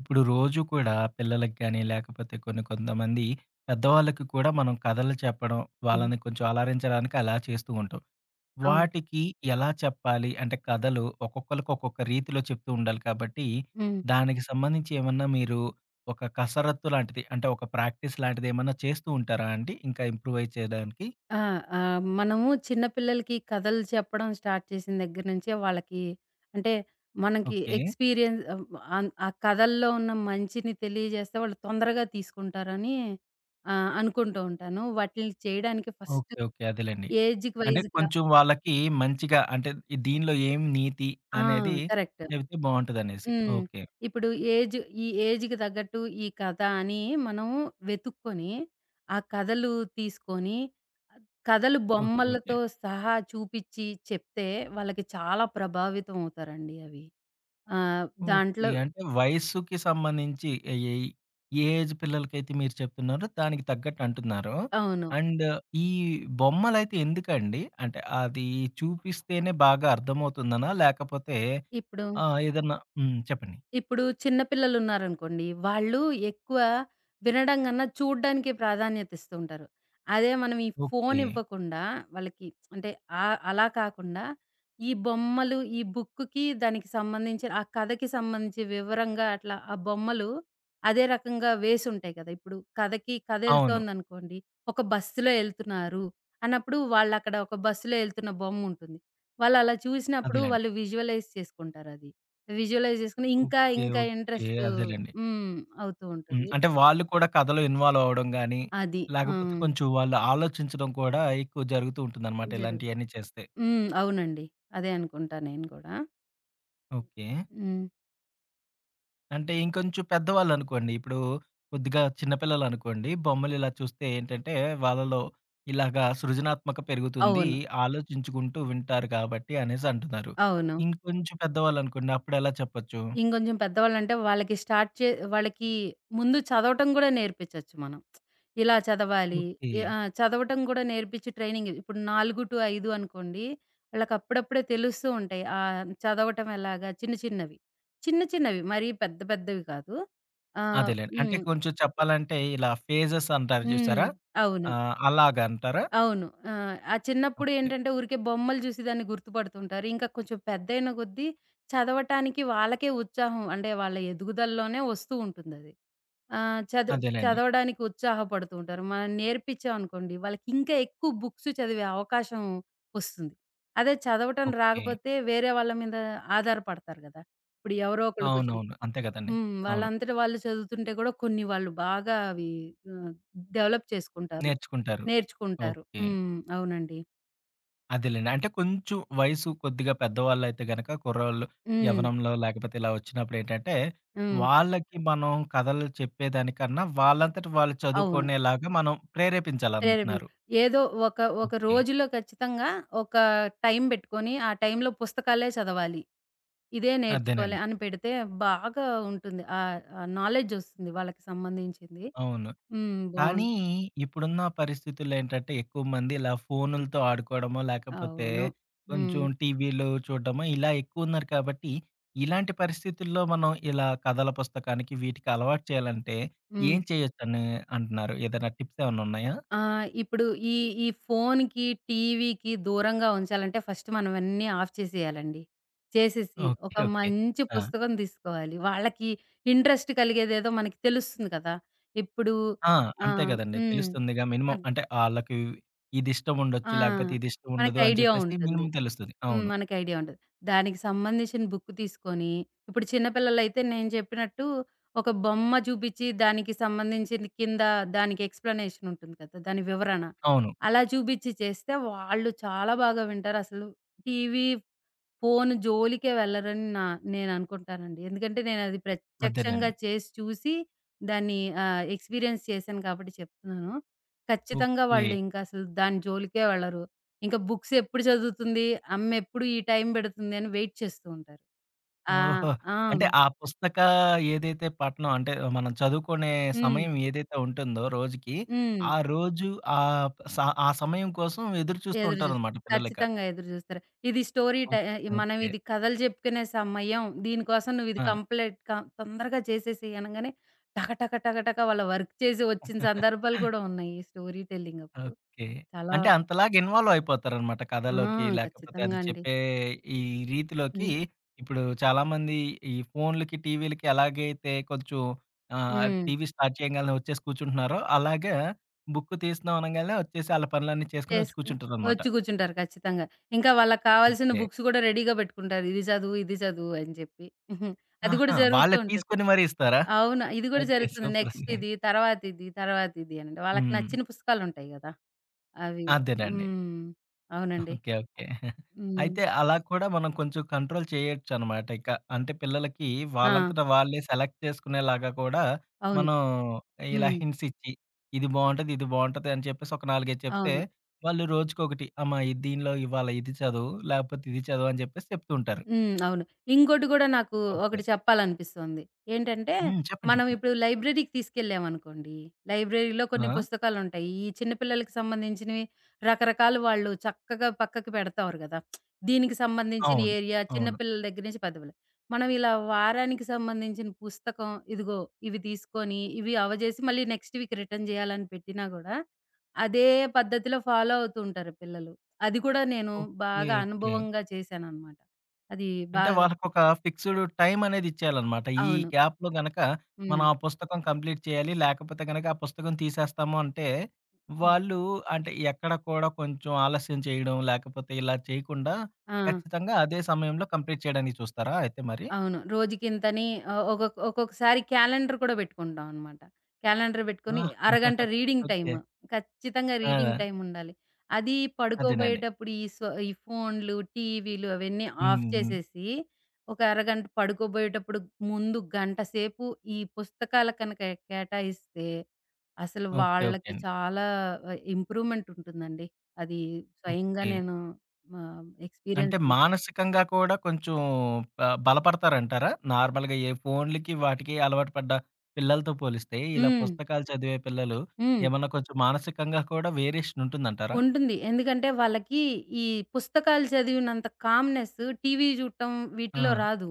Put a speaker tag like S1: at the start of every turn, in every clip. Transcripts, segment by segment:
S1: ఇప్పుడు రోజు కూడా పిల్లలకి కానీ, లేకపోతే కొన్ని కొంతమంది పెద్దవాళ్ళకి కూడా మనం కథలు చెప్పడం,
S2: హ్మ్.
S1: వాళ్ళని కొంచెం అలరించడానికి అలా చేస్తూ ఉంటాం.
S2: అవును.
S1: వాటికి ఎలా చెప్పాలి? అంటే కథలు ఒక్కొక్కళ్ళకి ఒక్కొక్క రీతిలో చెప్తూ ఉండాలి కాబట్టి,
S2: హ్మ్.
S1: దానికి సంబంధించి ఏమన్నా మీరు ఒక కసరత్తు లాంటిది అంటే ఒక ప్రాక్టీస్ లాంటిది ఏమన్నా చేస్తూ ఉంటారా అండి? ఇంకా ఇంప్రూవైజ్ చేయడానికి?
S2: ఆ! మనము చిన్న పిల్లలకి కథలు చెప్పడం స్టార్ట్ చేసిన దగ్గర నుంచే వాళ్ళకి అంటే మనకి
S1: ఓకే.
S2: ఎక్స్‌పీరియన్స్ ఆహ్, అన్ ఆ కథల్లో ఉన్న మంచిని తెలియజేస్తే వాళ్ళు తొందరగా తీసుకుంటారని అనుకుంటూ ఉంటాను. వాటిల్ని చేయడానికి ఫస్ట్
S1: ఓకే. ఓకే. అదేలెండి.
S2: ఏజ్‌కి
S1: అంటే
S2: వైస్‌గా.
S1: కొంచెం వాళ్ళకి మంచిగా అంటే ఈ దీనిలో ఏం నీతి
S2: ఆ!
S1: అనేది
S2: కరెక్ట్.
S1: చెబితే బావుంటదనేసి.
S2: హ్మ్.
S1: ఓకే.
S2: ఇప్పుడు ఏజ్ ఈ ఏజ్‌కి తగ్గట్టు ఈ కథ అని మనం వెతుక్కొని, ఆ కథలు తీసుకొని కథలు
S1: ఓకే. ఓకే.
S2: బొమ్మలతో సహా చూపిచ్చి చెప్తే వాళ్ళకి చాలా ప్రభావితం అవుతారండి అవి.
S1: ఓకే.
S2: దాంట్లో.
S1: అంటే వయస్సుకి సంబంధించి ఏ ఏ ఏ ఏజ్ పిల్లలకైతే మీరు చెప్తున్నారో దానికి తగ్గట్టు అంటున్నారు.
S2: అవును.
S1: అండ్ ఈ బొమ్మలైతే ఎందుకండి? అంటే అది చూపిస్తేనే బాగా అర్థమవుతుందనా? లేకపోతే
S2: ఇప్పుడు
S1: ఏదన్నా చెప్పండి.
S2: ఇప్పుడు చిన్న పిల్లలున్నారనుకోండి, వాళ్ళు ఎక్కువ వినడం గన్నా చూడ్డానికి ప్రాధాన్యత ఇస్తూ ఉంటారు. అదే మనం ఈ ఫోన్
S1: ఓకే.
S2: ఇవ్వకుండా వాళ్ళకి అంటే అలా కాకుండా ఈ బొమ్మలు, ఈ బుక్‌కి దానికి సంబంధించిన ఆ కథకి సంబంధించి వివరంగా అట్లా ఆ బొమ్మలు అదే రకంగా వేసుంటాయి కదా! ఇప్పుడు కథకి కథ
S1: అవును.
S2: ఎళ్తోందనుకోండి, ఒక బస్సులో ఎళ్తున్నారు అన్నప్పుడు వాళ్ళక్కడ ఒక బస్సులో ఎళ్తున్న బొమ్ముంటుంది. వాళ్ళలా చూసినప్పుడు
S1: అదేలెండి.
S2: వాళ్ళు విజువలైజ్ చేసుకుంటారది. విజువలైజ్ చేసుకొని ఇంకా,
S1: ఓకే.
S2: ఇంకా
S1: ఓకే.
S2: ఇంట్రెస్ట్
S1: అదేలెండి.
S2: హ్మ్. అవుతూ
S1: హ్మ్.
S2: ఉంటుంది.
S1: అంటే వాళ్ళు కూడా కథలో ఇన్వాల్వ్ అవ్వడం గాని,
S2: అది. ఆ!
S1: లేకపోతే కొంచెం వాళ్ళు ఆలోచించడం కూడా ఎక్కువ జరుగుతూ ఉంటుందనమాట
S2: జరుగు
S1: ఇలాంటియన్నీ చేస్తే.
S2: హ్మ్. అవునండి. అదే అనుకుంటా నేను గూడా.
S1: ఓకే.
S2: హ్మ్.
S1: అంటే ఇంకొంచెం పెద్దవాళ్ళనుకోండి. ఇప్పుడు కొద్దిగా చిన్న పిల్లలనుకోండి, బొమ్మలు ఇలా చూస్తే ఏంటంటే, వాళ్ళలో ఇలాగా సృజనాత్మక పెరుగుతుంది.
S2: అవును.
S1: ఆలోచించుకుంటూ వింటారు కాబట్టి అనేసి అంటున్నారు.
S2: అవును.
S1: ఇంకొంచెం పెద్దవాళ్ళనుకోండి అప్పుడెలా చెప్పొచ్చు?
S2: ఇంకొంచెం పెద్దవాళ్ళంటే వాళ్ళకి స్టార్ట్ చే వాళ్ళకి ముందు చదవటం గూడా నేర్పించొచ్చు మనం. ఇలా చదవాలి.
S1: ఓకే.
S2: ఆ! చదవటం గూడా నేర్పించి ట్రైనింగ్ ఇప్పుడు 4-5 అనుకోండి, వాళ్ళకి అప్పుడప్పుడే తెలుస్తూ ఉంటాయి. చదవటం ఎలాగా చిన్న చిన్నవి. చిన్న చిన్నవి మరీ పెద్ద పెద్దవి కాదు. ఆహ్,
S1: అదేలెండి. అంటే
S2: హ్మ్.
S1: కొంచెం చెప్పాలంటే ఇలా ఫేజెస్ అంటారు
S2: హ్మ్.
S1: చూసారా?
S2: అవును.
S1: అలాగంటారా?
S2: అవును. ఆ! ఆ చిన్నప్పుడు
S1: ఓకే.
S2: ఏంటంటే ఊరికే బొమ్మలు జూసి దాన్ని గుర్తుపడుతుంటారు. ఇంకా కొంచెం పెద్దయిన కొద్దీ చదవటానికి వాళ్ళకే ఉత్సాహం అంటే వాళ్ళ ఎదుగుదలలోనే వస్తూ ఉంటుందది. చదువు
S1: అదేలెండి.
S2: చదవడానికి ఉత్సాహపడుతూ ఉంటారు. మనం నేర్పించామనుకోండి వాళ్ళకింకా ఎక్కువ బుక్స్ చదివే అవకాశం వస్తుంది. అదే చదవటం
S1: ఓకే.
S2: రాకపోతే వేరే వాళ్ళ మీద ఆధారపడతారు గదా! ఇప్పుడు ఎవరో ఒకళ్ళు కూర్చొని
S1: అవునవును. అంతే కదండీ.
S2: హ్మ్.
S1: అవును.
S2: వాళ్ళంతట వాళ్ళు చదువుతుంటే గూడా కొన్ని వాళ్ళు బాగా అవి ఆహ్, డెవలప్ చేసుకుంటారు.
S1: నేర్చుకుంటారు.
S2: నేర్చుకుంటారు.
S1: ఓకే.
S2: హ్మ్. అవునండి.
S1: అదేలెండి. అంటే కొంచెం వయసు కొద్దిగా పెద్దవాళ్ళైతే గనక కుర్రోళ్ళు
S2: హ్మ్.
S1: యవ్వనంలో లేకపోతే ఇలా వచ్చినప్పుడేంటంటే,
S2: హ్మ్.
S1: వాళ్ళకి మనం కథలు చెప్పేదానికన్నా వాళ్ళంతట వాళ్ళు
S2: అవును.
S1: చదువుకునేలాగా మనం
S2: ప్రేరేపించి
S1: ప్రేరేపించాలంటున్నారు.
S2: ఏదో ఒక ఒక
S1: ఓకే.
S2: రోజులో ఖచ్చితంగా ఒక టైం పెట్టుకొని, ఆ టైంలో పుస్తకాలే చదవాలి. ఇదే నేర్చుకోవాలి
S1: అదేనండి.
S2: అని పెడితే బాగా ఉంటుంది. ఆ నాలెడ్జ్ ఒస్తుంది వాళ్ళకి సంబంధించింది.
S1: అవును.
S2: హ్మ్.
S1: కానీ ఇప్పుడున్న పరిస్థితుల్లో ఏంటంటే, ఎక్కువ మంది ఇలా ఫోనులతో ఆడుకోవడమో, లేకపోతే
S2: అవును. హ్మ్.
S1: కొంచెం టీవీలు చూడడమో ఇలా ఎక్కువున్నారు కాబట్టి, ఇలాంటి పరిస్థితుల్లో మనం ఇలా కథల పుస్తకానికి వీటికి అలవాటు చేయాలంటే
S2: హ్మ్.
S1: ఏం చేయొచ్చని అంటున్నారు? ఏదైనా టిప్స్ ఏమన్నా ఉన్నాయా?
S2: ఆ! ఇప్పుడు ఈ ఈ ఫోన్‌కి, టీవీకి దూరంగా ఉంచాలంటే ఫస్ట్ మనం అన్నీ ఆఫ్ చేసేయాలండి. చేసేసి
S1: ఓకే.
S2: ఒక
S1: ఓకే.
S2: మంచి
S1: ఆ!
S2: పుస్తకం తీసుకోవాలి. వాళ్ళకి ఇంట్రెస్ట్ కలిగేదేదో మనకి తెలుస్తుంది కదా! ఇప్పుడు
S1: ఆ!
S2: ఆ!
S1: అంతే గదండీ.
S2: హ్మ్.
S1: తెలుస్తుందిగా మినిమం
S2: అద్
S1: అంటే ఆళ్ళకి ఇది ఇష్టం
S2: ఆ!
S1: ఉండొచ్చు, లేకపోతే ఇది ఇష్టం
S2: మనకి
S1: ఉండదు అని
S2: ఐడియా
S1: చెప్పేసి
S2: ఉంటుంది.
S1: మినిమం తెలుస్తది.
S2: హ్మ్.
S1: అవును.
S2: మనకి ఐడియా ఉంటది. దానికి సంబంధించిన బుక్ తీసుకొని, ఇప్పుడు చిన్న పిల్లలైతే నేను చెప్పినట్టు ఒక బొమ్మ చూపించి, దానికి సంబంధించింది కింద దానికి ఎక్స్‌ప్లనేషన్ ఉంటుంది కదా! దాని వివరణ.
S1: అవును.
S2: అలా చూపించి చేస్తే వాళ్ళు చాలా బాగా వింటారు. అసలు టీవీ ఫోను జోలికే వెళ్ళరని నేననుకుంటానండి. ఎందుకంటే నేనది ప్రత్యక్షంగా
S1: అదేనండి.
S2: చేసి చూసి దాన్ని ఎక్స్‌పీరియన్స్ చేశాను కాబట్టి చెప్తున్నాను. ఖచ్చితంగా
S1: ఓకే.
S2: వాళ్ళు ఇంకసలు దాని జోలికే వెళ్ళరు. ఇంక బుక్స్ ఎప్పుడు చదువుతుంది, అమ్మెప్పుడు ఈ టైం పెడుతుంది అని వెయిట్ చేస్తూ ఉంటారు. ఆ!
S1: ఓహో!
S2: ఆ!
S1: అంటే ఆ పుస్తక ఏదైతే పఠనం అంటే మనం చదువుకునే
S2: హ్మ్.
S1: సమయం ఏదైతే ఉంటుందో రోజుకి,
S2: హ్మ్.
S1: ఆ రోజు ఆహ్, స ఆ సమయం కోసం ఎదురు చూస్తూ
S2: ఎదురు జూస్
S1: ఉంటారనమాట పిల్లలిక.
S2: ఖచ్చితంగా ఎదురు జూస్తారు. ఇది స్టోరీ టై
S1: ఓకే.
S2: మనం
S1: ఓకే.
S2: ఇది కథలు జెప్పుకునే సమయం. దీనికోసం నువ్వు ఇది కంప్లీట్ తొందరగా చేసేసేయి అనంగానే టక టక టక టక వాళ్ళ వర్క్ చేసి వచ్చిన సందర్భాలు
S1: ఆ!
S2: గూడా ఉన్నాయి. ఈ స్టోరీ టెల్లింగ్ అప్పుడు.
S1: ఓకే.
S2: చాలా
S1: అంటే అంతలాగా ఇన్వాల్వ్ అయిపోతారనమాట
S2: ఆ!
S1: కథలోకి. లేకపోతే అది
S2: ఖచ్చితంగా అండి.
S1: చెప్పే ఈ రీతిలోకి
S2: హ్మ్.
S1: ఇప్పుడు చాలామంది ఈ ఫోన్‌లకి, టీవీలకి ఎలాగైతే కొంచెం
S2: హ్మ్.
S1: టీవీ స్టార్ట్ చేయంగాల్నే వచ్చేసి కూర్చుంటున్నారో, అలాగా బుక్ తీస్తున్నాం అనంగాల్నే వచ్చేసి ఆళ్ళ పనులన్నీ చేసుకొని వచ్చి
S2: చేసుకుని
S1: కూర్చుంటారనమాట.
S2: వచ్చి కూర్చుంటారు ఖచ్చితంగా. ఇంకా వాళ్ళకి కావాల్సిన
S1: ఓకే.
S2: బుక్స్ గూడా రెడీగా పెట్టుకుంటారు. ఇది చదువు, ఇది చదువు అని చెప్పి. అది గూడా
S1: ఆహా!
S2: జరుగుతూ
S1: వాళ్ళే
S2: ఉంటది.
S1: తీసుకొని మరీ ఇస్తారా?
S2: అవును. ఇది గూడా
S1: ఓకే.
S2: జరుగుతుంది. నెక్స్ట్
S1: సూపరండి.
S2: ఇది, తర్వాత ఇది, తర్వాత ఇది అనండి. వాళ్ళకి
S1: హ్మ్.
S2: నచ్చిన పుస్తకాలుంటాయి గదా! అవి.
S1: అదేనండి.
S2: హ్మ్. అవునండి.
S1: ఓకే. ఓకే.
S2: హ్మ్.
S1: అయితే అలా కూడా మనం కొంచెం కంట్రోల్ చేయొచ్చనమాట ఇక. అంటే పిల్లలకి
S2: ఆ!
S1: వాళ్ళంతట వాళ్ళే సెలెక్ట్ చేసుకునేలాగా కూడా
S2: అవును.
S1: మనం ఇలా
S2: హ్మ్.
S1: హింట్స్ ఇచ్చి, ఇది బావుంటది, ఇది బావుంటది అని చెప్పేసి ఒక 4, 5 చెప్తే
S2: అవును.
S1: వాళ్ళు రోజుకొకటి అమ్మా! ఇది దీనిలో ఇవాళ ఇది చదువు, లేకపోతే ఇది చదువు అని చెప్పేసి చెప్తూ ఉంటారు.
S2: హ్మ్. అవును. ఇంకోటి గూడా నాకు
S1: ఓకే.
S2: ఒకటి చెప్పాలనిపిస్తోంది. ఏంటంటే,
S1: హ్మ్. చెప్పండి.
S2: మనం
S1: చెప్పండి.
S2: ఇప్పుడు లైబ్రరీకి తీసుకెళ్ళామనుకోండి, లైబ్రరీలో కొన్ని
S1: ఆ!
S2: పుస్తకాలుంటాయి. ఈ చిన్న పిల్లలకి సంబంధించినవి రకరకాలు వాళ్ళు చక్కగా పక్కకి పెడతారు గదా! దీనికి సంబంధించిన
S1: అవును.
S2: ఏరియా చిన్న
S1: అవును.
S2: పిల్లల దగ్గర నుంచి పెద్ద పిల్ల. మనం ఇలా వారానికి సంబంధించిన పుస్తకం ఇదిగో ఇవి తీసుకొని, ఇవి అవజేసి మళ్ళీ నెక్స్ట్ వీక్ రిటర్న్ జేయాలని పెట్టినా గూడా, అదే పద్ధతిలో ఫాలో అవుతూ ఉంటారు పిల్లలు. అది కూడా నేను
S1: ఓకే.
S2: బాగా
S1: ఓకే.
S2: అనుభవంగా చేశాననమాట. అది
S1: అంటే
S2: బాగా.
S1: వాళ్ళకొక ఫిక్స్‌డ్ టైమనేది ఇచ్చేయాలనమాట. ఈ
S2: అవును.
S1: గ్యాప్‌లో గనక
S2: హ్మ్.
S1: మనం ఆ పుస్తకం కంప్లీట్ చేయాలి. లేకపోతే గనక ఆ పుస్తకం తీసేస్తాము అంటే,
S2: హ్మ్.
S1: వాళ్ళు అంటే ఎక్కడ కూడా కొంచెం ఆలస్యం చేయడం, లేకపోతే ఇలా చేయకుండా
S2: ఆ!
S1: ఖచ్చితంగా అదే సమయంలో కంప్లీట్ చేయడానికి చూస్తారా అయితే మరి?
S2: అవును. రోజుకింతని ఆహ్, ఒకొక్ ఒక్కొక్కసారి క్యాలెండర్ కూడా పెట్టుకుంటాం అనమాట. క్యాలెండర్ పెట్టుకొని
S1: ఆ!
S2: అరగంట రీడింగ్
S1: ఓకే.
S2: టైమ్. ఖచ్చితంగా రీడింగ్
S1: ఆ!
S2: టైమ్ ఉండాలి. అది
S1: అదేనండి.
S2: పడుకోబోయేటప్పుడు ఈ ఫోన్లు, టీవీలు అవన్నీ ఆఫ్
S1: హ్మ్. హ్మ్.
S2: చేసేసి, ఒక అరగంట పడుకోబోయేటప్పుడు ముందు గంట సేపు ఈ పుస్తకాల కనుక కేటాయిస్తే, అసలు
S1: ఓకే. ఓకే
S2: వాళ్ళకి
S1: అండి.
S2: చాలా ఇంప్రూవ్‌మెంట్ ఉంటుందండి. అది స్వయంగా
S1: ఓకే.
S2: నేను ఆహ్,
S1: అంటే
S2: ఎక్స్‌పీరియన్స్ చేస్
S1: మానసికంగా కూడా కొంచెం బ బలపడతారంటారా? నార్మల్‌గా ఏ ఫోన్‌లకి వాటికి అలవాటు పడ్డ పిల్లలతో పోలిస్తే, ఇలా
S2: హ్మ్.
S1: పుస్తకాలు చదివే పిల్లలు
S2: హ్మ్.
S1: ఏమన్నా కొంచెం మానసికంగా కూడా వేరియేషన్ ఉంటుందంటారా?
S2: ఉంటుంది. ఎందుకంటే వాళ్ళకి ఈ పుస్తకాలు చదివినంత కామ్‌నెస్ టీవీ చూడటం
S1: ఆ!
S2: వీటిలో రాదు.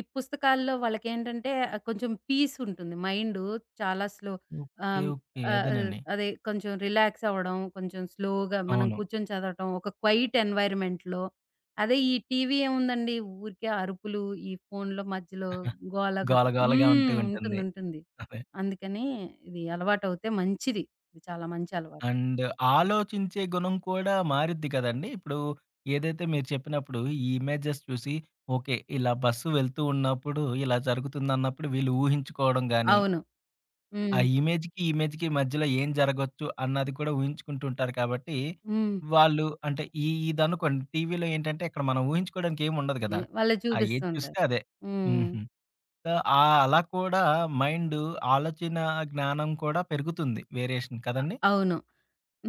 S2: ఈ పుస్తకాల్లో వాళ్ళకేంటంటే కొంచెం పీస్ ఉంటుంది. మైండు చాలా స్లో.
S1: ఓకే.
S2: ఆహ్,
S1: ఓకే.
S2: ఆహ్,
S1: అదేనండి.
S2: అదే కొంచెం రిలాక్స్ అవ్వడం, కొంచెం స్లోగా మనం
S1: అవును.
S2: కూర్చొని చదవటం, ఒక క్వైట్ ఎన్వైర్న్‌మెంట్‌లో. అదే ఈ టీవీ ఏముందండి ఊరికే అరుపులు, ఈ ఫోన్‌లో మధ్యలో గోల గోల.
S1: గోల గోలగా ఉంటూ
S2: హ్మ్.
S1: ఉంటుంది.
S2: ఉంటుంది. ఉంటుంది.
S1: అదే.
S2: అందుకని ఇది అలవాటవుతే మంచిది. ఇది చాలా మంచి అలవాటు.
S1: అండ్ ఆలోచించే గుణం కూడా మారిద్ది కదండీ! ఇప్పుడు ఏదైతే మీరు చెప్పినప్పుడు ఈ ఇమేజెస్ చూసి ఓకే. ఇలా బస్సు వెళ్తూ ఉన్నప్పుడు ఇలా జరుగుతుందన్నప్పుడు వీళ్ళు ఊహించుకోవడం గాని
S2: అవును.
S1: ఆ
S2: హ్మ్.
S1: ఇమేజ్‌కి, ఇమేజ్‌కి మధ్యలో ఏం జరగొచ్చు అన్నది కూడా ఊహించుకుంటుంటారు కాబట్టి,
S2: హ్మ్.
S1: వాళ్ళు అంటే ఈ ఇదనుకోండి టీవీలో ఏంటంటే ఇక్కడ మనం ఊహించుకోవడానికి ఏమి ఉండదు
S2: ఏ
S1: కదా!
S2: వాళ్ళు చూపిస్తూ
S1: ఏది చూస్తే
S2: ఉంటారు.
S1: అదే.
S2: హ్మ్.
S1: హుహు. సో, అలా కూడా మైండు ఆలోచన జ్ఞానం కూడా పెరుగుతుంది వేరియేషన్
S2: అ
S1: కదండీ!
S2: అవును.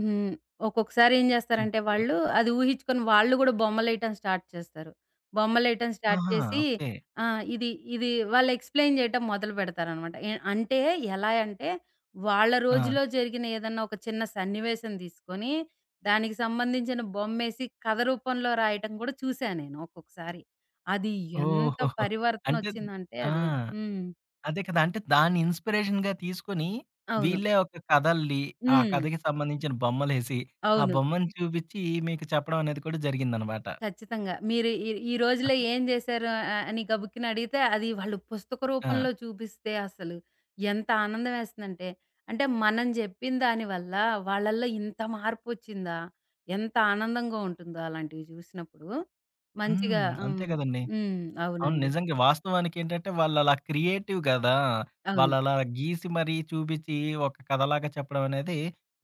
S2: హ్మ్. ఒక్కొక్కసారి ఏం జేస్తారంటే
S1: ఓకే.
S2: వాళ్ళు అది ఊహించుకొని వాళ్ళు గూడా బొమ్మలేయటం స్టార్ట్ చేస్తారు. బొమ్మలేయటం స్టార్ట్
S1: ఆహా!
S2: చేసి
S1: ఓకే.
S2: ఆ! ఇది ఇది వాళ్ళు ఎక్స్‌ప్లెయిన్ జేయటం మొదలుపెడతారనమాట. అంటే ఎలా అంటే వాళ్ళ
S1: ఆ!
S2: రోజులో జరిగిన ఏదన్నా ఒక చిన్న సన్నివేశం తీసుకొని దానికి సంబంధించిన బొమ్మేసి కథ రూపంలో రాయటం గూడా చూసా నేను ఒక్కొక్కసారి. అది ఎంత
S1: ఓహోహో! అంటే
S2: పరివర్తనొచ్చిందంటే
S1: ఆ!
S2: అది. హ్మ్.
S1: అదే కదా! అంటే దాన్ని ఇన్‌స్పిరేషన్‌గా తీసుకొని,
S2: అవును.
S1: వీళ్ళే ఒక కథల్ని, ఆ
S2: హ్మ్.
S1: కథకి సంబంధించిన బొమ్మలేసి, ఆ
S2: అవును.
S1: బొమ్మను చూపిచ్చి మీకు చెప్పడం అనేది కూడా జరిగిందనమాట.
S2: ఖచ్చితంగా. మీరు ఈ ఈ రోజుల్లో ఏం జేశారు అని గబుక్కున అడిగితే, అది వాళ్ళు పుస్తక
S1: ఆ!
S2: రూపంలో చూపిస్తే అసలు ఎంత ఆనందమేస్తుందంటే, అంటే మనం జెప్పిన దాని వల్ల వాళ్ళల్లో ఇంత మార్పొచ్చిందా? ఎంత ఆనందంగా ఉంటుందో అలాంటివి జూసినప్పుడు.
S1: హ్మ్.
S2: మంచిగా
S1: అంతే
S2: హ్మ్.
S1: గదండీ.
S2: హ్మ్.
S1: అవును.
S2: అవునండి.
S1: నిజంగా వాస్తవానికేంటంటే, వాళ్ళలా క్రియేటివ్ గదా!
S2: అవును.
S1: వాళ్ళలా గీసి మరీ చూపిచ్చి, ఒక కథలాగా చెప్పడం అనేది,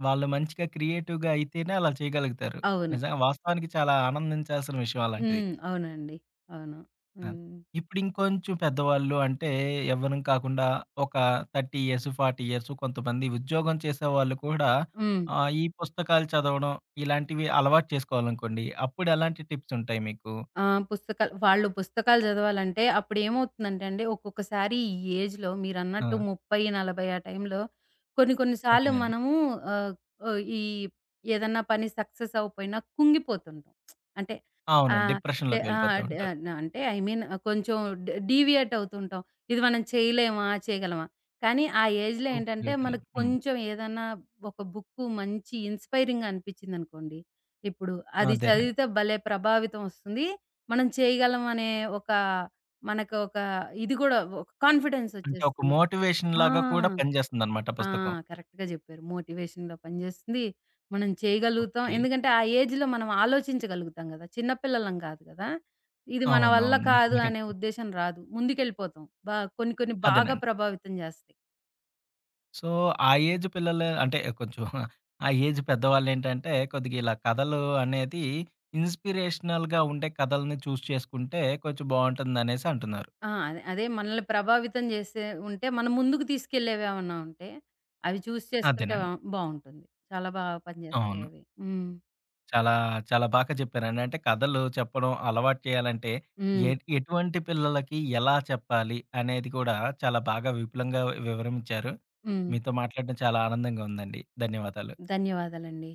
S1: వాళ్ళు మంచిగా క్రియేటివ్‌గా అయితేనే అలా చేయగలుగుతారు.
S2: అవును.
S1: నిజంగా వాస్తవానికి చాలా ఆనందించాల్సిన విషయం అలాంటిది.
S2: హ్మ్. అవునండి. అవును.
S1: అది.
S2: హ్మ్.
S1: ఇప్పుడు ఇంకొంచెం పెద్దవాళ్ళు అంటే ఎవ్వరం కాకుండా ఒక 30 ఇయర్స్, 40 ఇయర్స్ కొంతమంది ఉద్యోగం చేసేవాళ్ళు కూడా
S2: హ్మ్.
S1: ఈ పుస్తకాలు చదవడం ఇలాంటివి అలవాటు చేసుకోవాలనుకోండి. అప్పుడు ఎలాంటి టిప్స్ ఉంటాయి మీకు?
S2: ఆ! పుస్తకాలు వాళ్ళు పుస్తకాలు చదవాలంటే అప్పుడేమవుతుందంటే అండి, ఒక్కొక్కసారి ఈ ఏజ్‌లో మీరన్నట్టు
S1: ఆ!
S2: 30, 40 ఆ టైంలో కొన్ని కొన్ని సార్లు
S1: అదేనండి.
S2: మనము ఆహ్, ఆహ్, ఈ ఏదన్నా పని సక్సెస్ అవ్వపోయినా కుంగిపోతుంటాం. అంటే
S1: అవునండి.
S2: ఆహ్, డె
S1: డిప్రెషన్‌లోకి వెళ్ళిపోతా
S2: ఆహ్, డె
S1: ఉంటారు.
S2: న అంటే ఐ మీన్ కొంచెం డీవియేట్ అవుతుంటాం. ఇది మనం చేయలేమా? చేయగలమా? కానీ ఆ ఏజ్‌లో
S1: ఓకే.
S2: ఏంటంటే
S1: ఓకే.
S2: మనకు
S1: హ్మ్.
S2: కొంచెం ఏదన్నా ఒక బుక్కు మంచి ఇన్‌స్పైరింగ్‌గా అనిపిచ్చిందనుకోండి, ఇప్పుడు అది
S1: అదేనండి.
S2: చదివితే భలే ప్రభావితం వస్తుంది. మనం చేయగలం అనే ఒక మనకొక ఇది కూడా ఒక కాన్ఫిడెన్స్
S1: అంటే ఒక
S2: వచ్చేస్తుంది.
S1: మోటివేషన్
S2: ఆ!
S1: లాగా కూడా పనిచేస్తుందన్నమాట
S2: ఆ!
S1: పుస్తకం.
S2: కరెక్ట్‌గా జెప్పారు. మోటివేషన్‌గా పనిజేస్తుంది. మనం చేయగలుగుతాం.
S1: ఓకే.
S2: ఎందుకంటే ఆ ఏజ్‌లో మనం ఆలోచించగలుగుతాం గదా! చిన్న పిల్లలం కాదు గదా! ఇది మన వల్ల
S1: అవునవును.
S2: కాదు
S1: నిజమే కదా!
S2: అనే ఉద్దేశం రాదు. ముందుకెళ్ళిపోతాం. కొన్ని కొన్ని బాగా
S1: అదేనండి.
S2: ప్రభావితం జేస్తాయి.
S1: సో, ఆ ఏజ్ పిల్లలు అంటే కొంచెం ఆ ఏజ్ పెద్దవాళ్ళేంటంటే, కొద్దిగా ఇలా కథలు అనేది ఇన్‌స్పిరేషనల్‌గా ఉండే కథలని చేసుకుంటే కొంచెం బావుంటుందనేసి అంటున్నారు.
S2: ఆ! అదే అదే మనల్ని ప్రభావితం జేసే ఉంటే మనం ముందుకు తీసుకెళ్ళేవేమన్నా ఉంటే అవి చూస్ చేసుకుంటే
S1: అదేనండి.
S2: బావుంటుంది. చాలా బాగా
S1: అవును.
S2: పనిజేస్తాయవి. హ్మ్.
S1: చాలా, చాలా బాగా చెప్పారండి. అంటే కథలు చెప్పడం అలవాటు చేయాలంటే ఎ
S2: హ్మ్.
S1: ఎటువంటి పిల్లలకి ఎలా చెప్పాలి అనేది కూడా చాలా బాగా విపులంగా వివరించారు.
S2: హ్మ్.
S1: మీతో మాట్లాడడం చాలా ఆనందంగా ఉందండి. ధన్యవాదాలు.
S2: ధన్యవాదాలండి.